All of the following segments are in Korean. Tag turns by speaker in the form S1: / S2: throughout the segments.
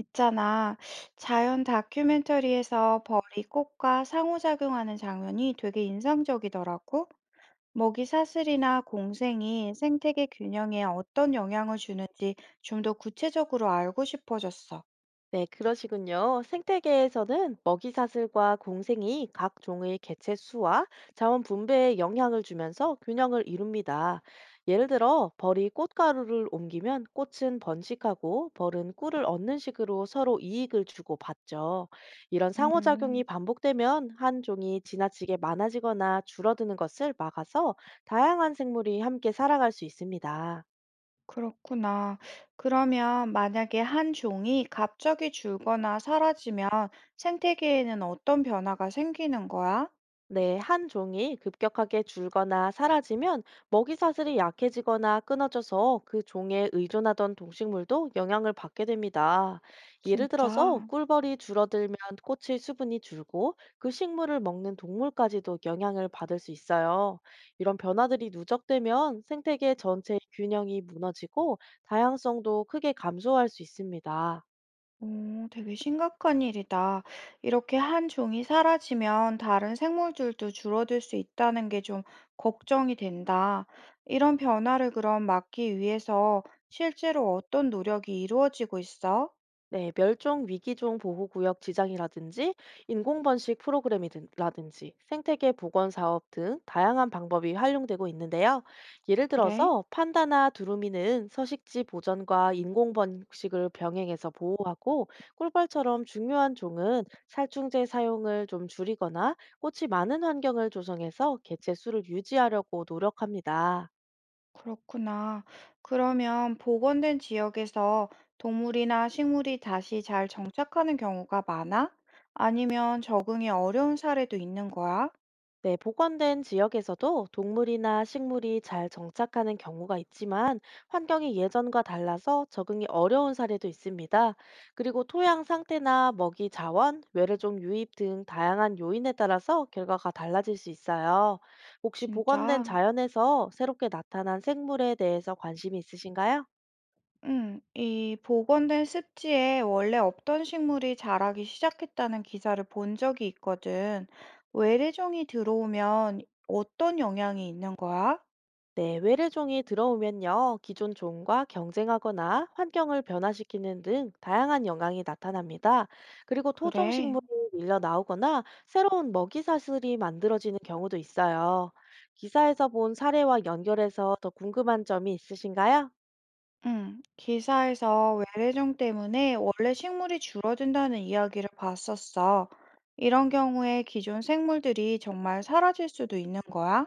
S1: 있잖아. 자연 다큐멘터리에서 벌이 꽃과 상호작용하는 장면이 되게 인상적이더라고. 먹이 사슬이나 공생이 생태계 균형에 어떤 영향을 주는지 좀 더 구체적으로 알고 싶어졌어.
S2: 네, 그러시군요. 생태계에서는 먹이사슬과 공생이 각 종의 개체 수와 자원 분배에 영향을 주면서 균형을 이룹니다. 예를 들어, 벌이 꽃가루를 옮기면 꽃은 번식하고 벌은 꿀을 얻는 식으로 서로 이익을 주고 받죠. 이런 상호작용이
S1: 음,
S2: 반복되면 한 종이 지나치게 많아지거나 줄어드는 것을 막아서 다양한 생물이 함께 살아갈 수 있습니다.
S1: 그렇구나. 그러면 만약에 한 종이 갑자기 줄거나 사라지면 생태계에는 어떤 변화가 생기는 거야?
S2: 네, 한 종이 급격하게 줄거나 사라지면 먹이 사슬이 약해지거나 끊어져서 그 종에 의존하던 동식물도 영향을 받게 됩니다. 예를 들어서
S1: 진짜.
S2: 꿀벌이 줄어들면 꽃의 수분이 줄고 그 식물을 먹는 동물까지도 영향을 받을 수 있어요. 이런 변화들이 누적되면 생태계 전체의 균형이 무너지고 다양성도 크게 감소할 수 있습니다.
S1: 오, 되게 심각한 일이다. 이렇게 한 종이 사라지면 다른 생물들도 줄어들 수 있다는 게 좀 걱정이 된다. 이런 변화를 그럼 막기 위해서 실제로 어떤 노력이 이루어지고 있어?
S2: 네, 멸종 위기종 보호구역 지정이라든지 인공번식 프로그램이라든지 생태계 복원 사업 등 다양한 방법이 활용되고 있는데요. 예를
S1: 그래?
S2: 들어서 판다나 두루미는 서식지 보전과 인공번식을 병행해서 보호하고 꿀벌처럼 중요한 종은 살충제 사용을 좀 줄이거나 꽃이 많은 환경을 조성해서 개체 수를 유지하려고 노력합니다.
S1: 그렇구나. 그러면 복원된 지역에서 동물이나 식물이 다시 잘 정착하는 경우가 많아? 아니면 적응이 어려운 사례도 있는 거야?
S2: 네, 복원된 지역에서도 동물이나 식물이 잘 정착하는 경우가 있지만 환경이 예전과 달라서 적응이 어려운 사례도 있습니다. 그리고 토양 상태나 먹이 자원, 외래종 유입 등 다양한 요인에 따라서 결과가 달라질 수 있어요. 혹시 복원된
S1: 진짜?
S2: 자연에서 새롭게 나타난 생물에 대해서 관심이 있으신가요?
S1: 이 복원된 습지에 원래 없던 식물이 자라기 시작했다는 기사를 본 적이 있거든. 외래종이 들어오면 어떤 영향이 있는 거야?
S2: 네, 외래종이 들어오면요, 기존 종과 경쟁하거나 환경을 변화시키는 등 다양한 영향이 나타납니다. 그리고 토종
S1: 그래.
S2: 식물이 밀려 나오거나 새로운 먹이 사슬이 만들어지는 경우도 있어요. 기사에서 본 사례와 연결해서 더 궁금한 점이 있으신가요?
S1: 기사에서 외래종 때문에 원래 식물이 줄어든다는 이야기를 봤었어. 이런 경우에 기존 생물들이 정말 사라질 수도 있는 거야?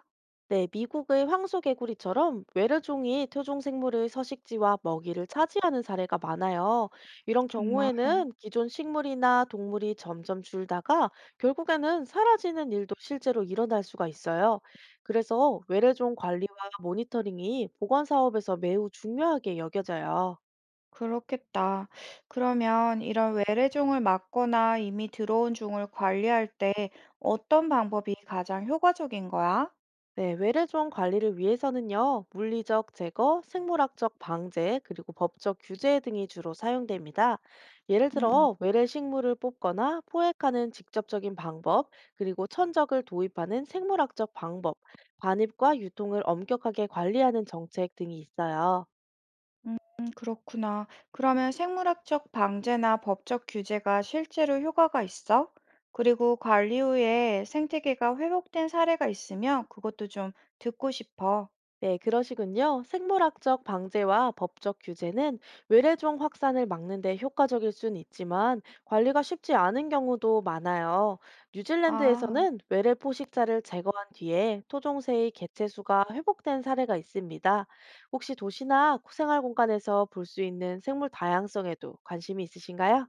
S2: 네, 미국의 황소개구리처럼 외래종이 토종 생물의 서식지와 먹이를 차지하는 사례가 많아요. 이런
S1: 정말?
S2: 경우에는 기존 식물이나 동물이 점점 줄다가 결국에는 사라지는 일도 실제로 일어날 수가 있어요. 그래서 외래종 관리와 모니터링이 보건 사업에서 매우 중요하게 여겨져요.
S1: 그렇겠다. 그러면 이런 외래종을 막거나 이미 들어온 종을 관리할 때 어떤 방법이 가장 효과적인 거야?
S2: 네, 외래종 관리를 위해서는요, 물리적 제거, 생물학적 방제, 그리고 법적 규제 등이 주로 사용됩니다. 예를
S1: 음,
S2: 들어, 외래 식물을 뽑거나 포획하는 직접적인 방법, 그리고 천적을 도입하는 생물학적 방법, 반입과 유통을 엄격하게 관리하는 정책 등이 있어요.
S1: 음, 그렇구나. 그러면 생물학적 방제나 법적 규제가 실제로 효과가 있어? 그리고 관리 후에 생태계가 회복된 사례가 있으면 그것도 좀 듣고 싶어.
S2: 네, 그러시군요. 생물학적 방제와 법적 규제는 외래종 확산을 막는 데 효과적일 수는 있지만 관리가 쉽지 않은 경우도 많아요.
S1: 아.
S2: 뉴질랜드에서는 외래 포식자를 제거한 뒤에 토종새의 개체수가 회복된 사례가 있습니다. 혹시 도시나 생활 공간에서 볼 수 있는 생물 다양성에도 관심이 있으신가요?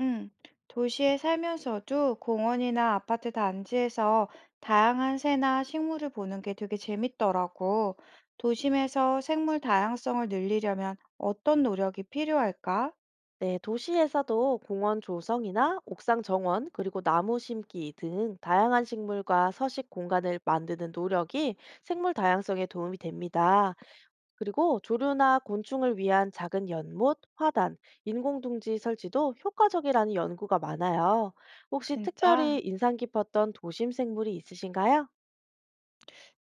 S1: 음, 도시에 살면서도 공원이나 아파트 단지에서 다양한 새나 식물을 보는 게 되게 재밌더라고. 도심에서 생물 다양성을 늘리려면 어떤 노력이 필요할까?
S2: 네, 도시에서도 공원 조성이나 옥상 정원, 그리고 나무 심기 등 다양한 식물과 서식 공간을 만드는 노력이 생물 다양성에 도움이 됩니다. 그리고 조류나 곤충을 위한 작은 연못, 화단, 인공둥지 설치도 효과적이라는 연구가 많아요. 혹시
S1: 진짜.
S2: 특별히 인상 깊었던 도심 생물이 있으신가요?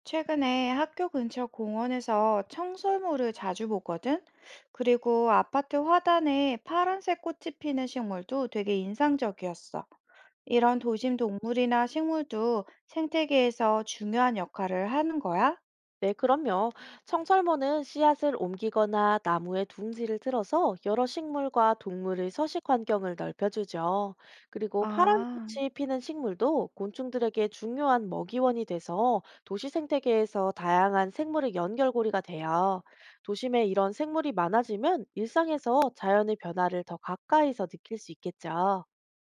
S1: 최근에 학교 근처 공원에서 청설모를 자주 보거든? 그리고 아파트 화단에 파란색 꽃이 피는 식물도 되게 인상적이었어. 이런 도심 동물이나 식물도 생태계에서 중요한 역할을 하는 거야?
S2: 네, 그럼요. 청설모는 씨앗을 옮기거나 나무에 둥지를 틀어서 여러 식물과 동물의 서식 환경을 넓혀주죠. 그리고 파란
S1: 아,
S2: 꽃이 피는 식물도 곤충들에게 중요한 먹이원이 돼서 도시 생태계에서 다양한 생물의 연결고리가 돼요. 도심에 이런 생물이 많아지면 일상에서 자연의 변화를 더 가까이서 느낄 수 있겠죠.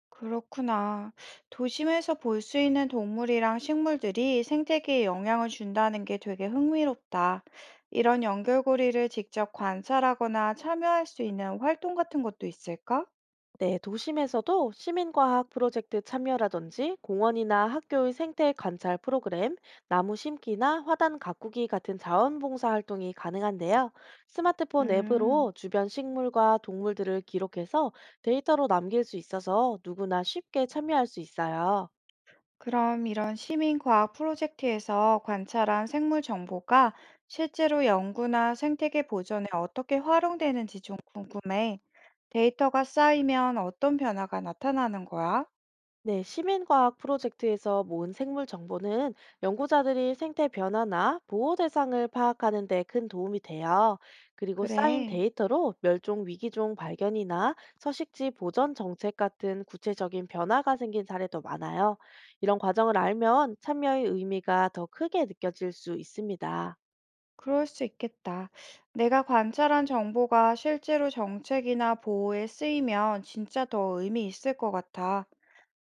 S1: 그렇구나. 도심에서 볼 수 있는 동물이랑 식물들이 생태계에 영향을 준다는 게 되게 흥미롭다. 이런 연결고리를 직접 관찰하거나 참여할 수 있는 활동 같은 것도 있을까?
S2: 네, 도심에서도 시민과학 프로젝트 참여라든지 공원이나 학교의 생태 관찰 프로그램, 나무 심기나 화단 가꾸기 같은 자원봉사 활동이 가능한데요. 스마트폰
S1: 음,
S2: 앱으로 주변 식물과 동물들을 기록해서 데이터로 남길 수 있어서 누구나 쉽게 참여할 수 있어요.
S1: 그럼 이런 시민과학 프로젝트에서 관찰한 생물 정보가 실제로 연구나 생태계 보전에 어떻게 활용되는지 좀 궁금해. 데이터가 쌓이면 어떤 변화가 나타나는 거야?
S2: 네, 시민과학 프로젝트에서 모은 생물 정보는 연구자들이 생태 변화나 보호 대상을 파악하는 데 큰 도움이 돼요. 그리고 쌓인
S1: 그래.
S2: 데이터로 멸종 위기종 발견이나 서식지 보전 정책 같은 구체적인 변화가 생긴 사례도 많아요. 이런 과정을 알면 참여의 의미가 더 크게 느껴질 수 있습니다.
S1: 그럴 수 있겠다. 내가 관찰한 정보가 실제로 정책이나 보호에 쓰이면 진짜 더 의미 있을 것 같아.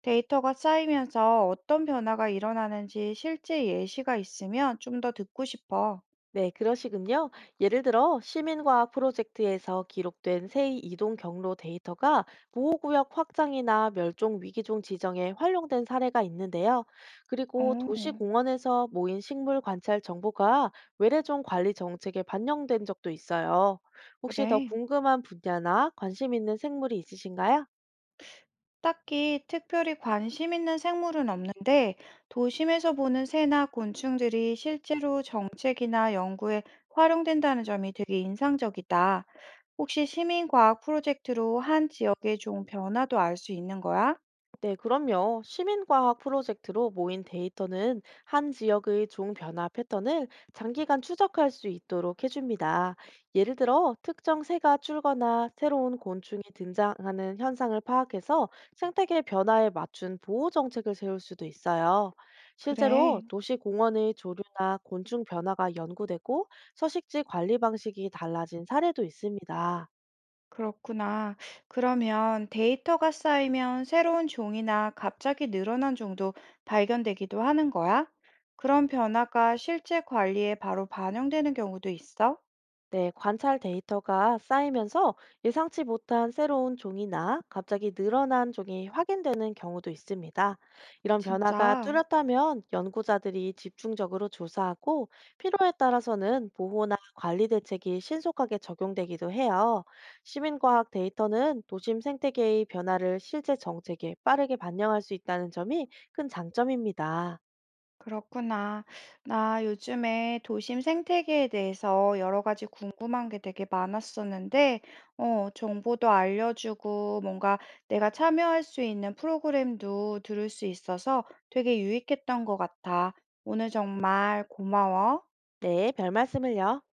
S1: 데이터가 쌓이면서 어떤 변화가 일어나는지 실제 예시가 있으면 좀 더 듣고 싶어.
S2: 네, 그러시군요. 예를 들어 시민과학 프로젝트에서 기록된 새의 이동 경로 데이터가 보호구역 확장이나 멸종 위기종 지정에 활용된 사례가 있는데요. 그리고
S1: 어,
S2: 도시공원에서 모인 식물 관찰 정보가 외래종 관리 정책에 반영된 적도 있어요. 혹시 더
S1: 그래.
S2: 궁금한 분야나 관심 있는 생물이 있으신가요?
S1: 딱히 특별히 관심 있는 생물은 없는데 도심에서 보는 새나 곤충들이 실제로 정책이나 연구에 활용된다는 점이 되게 인상적이다. 혹시 시민과학 프로젝트로 한 지역의 종 변화도 알 수 있는 거야?
S2: 네, 그럼요. 시민과학 프로젝트로 모인 데이터는 한 지역의 종 변화 패턴을 장기간 추적할 수 있도록 해줍니다. 예를 들어, 특정 새가 줄거나 새로운 곤충이 등장하는 현상을 파악해서 생태계 변화에 맞춘 보호 정책을 세울 수도 있어요. 실제로
S1: 그래,
S2: 도시 공원의 조류나 곤충 변화가 연구되고 서식지 관리 방식이 달라진 사례도 있습니다.
S1: 그렇구나. 그러면 데이터가 쌓이면 새로운 종이나 갑자기 늘어난 종도 발견되기도 하는 거야? 그런 변화가 실제 관리에 바로 반영되는 경우도 있어?
S2: 네, 관찰 데이터가 쌓이면서 예상치 못한 새로운 종이나 갑자기 늘어난 종이 확인되는 경우도 있습니다. 이런 변화가
S1: 진짜.
S2: 뚜렷하면 연구자들이 집중적으로 조사하고 필요에 따라서는 보호나 관리 대책이 신속하게 적용되기도 해요. 시민과학 데이터는 도심 생태계의 변화를 실제 정책에 빠르게 반영할 수 있다는 점이 큰 장점입니다.
S1: 그렇구나. 나 요즘에 도심 생태계에 대해서 여러 가지 궁금한 게 되게 많았었는데, 어, 정보도 알려주고 뭔가 내가 참여할 수 있는 프로그램도 들을 수 있어서 되게 유익했던 것 같아. 오늘 정말 고마워.
S2: 네, 별 말씀을요.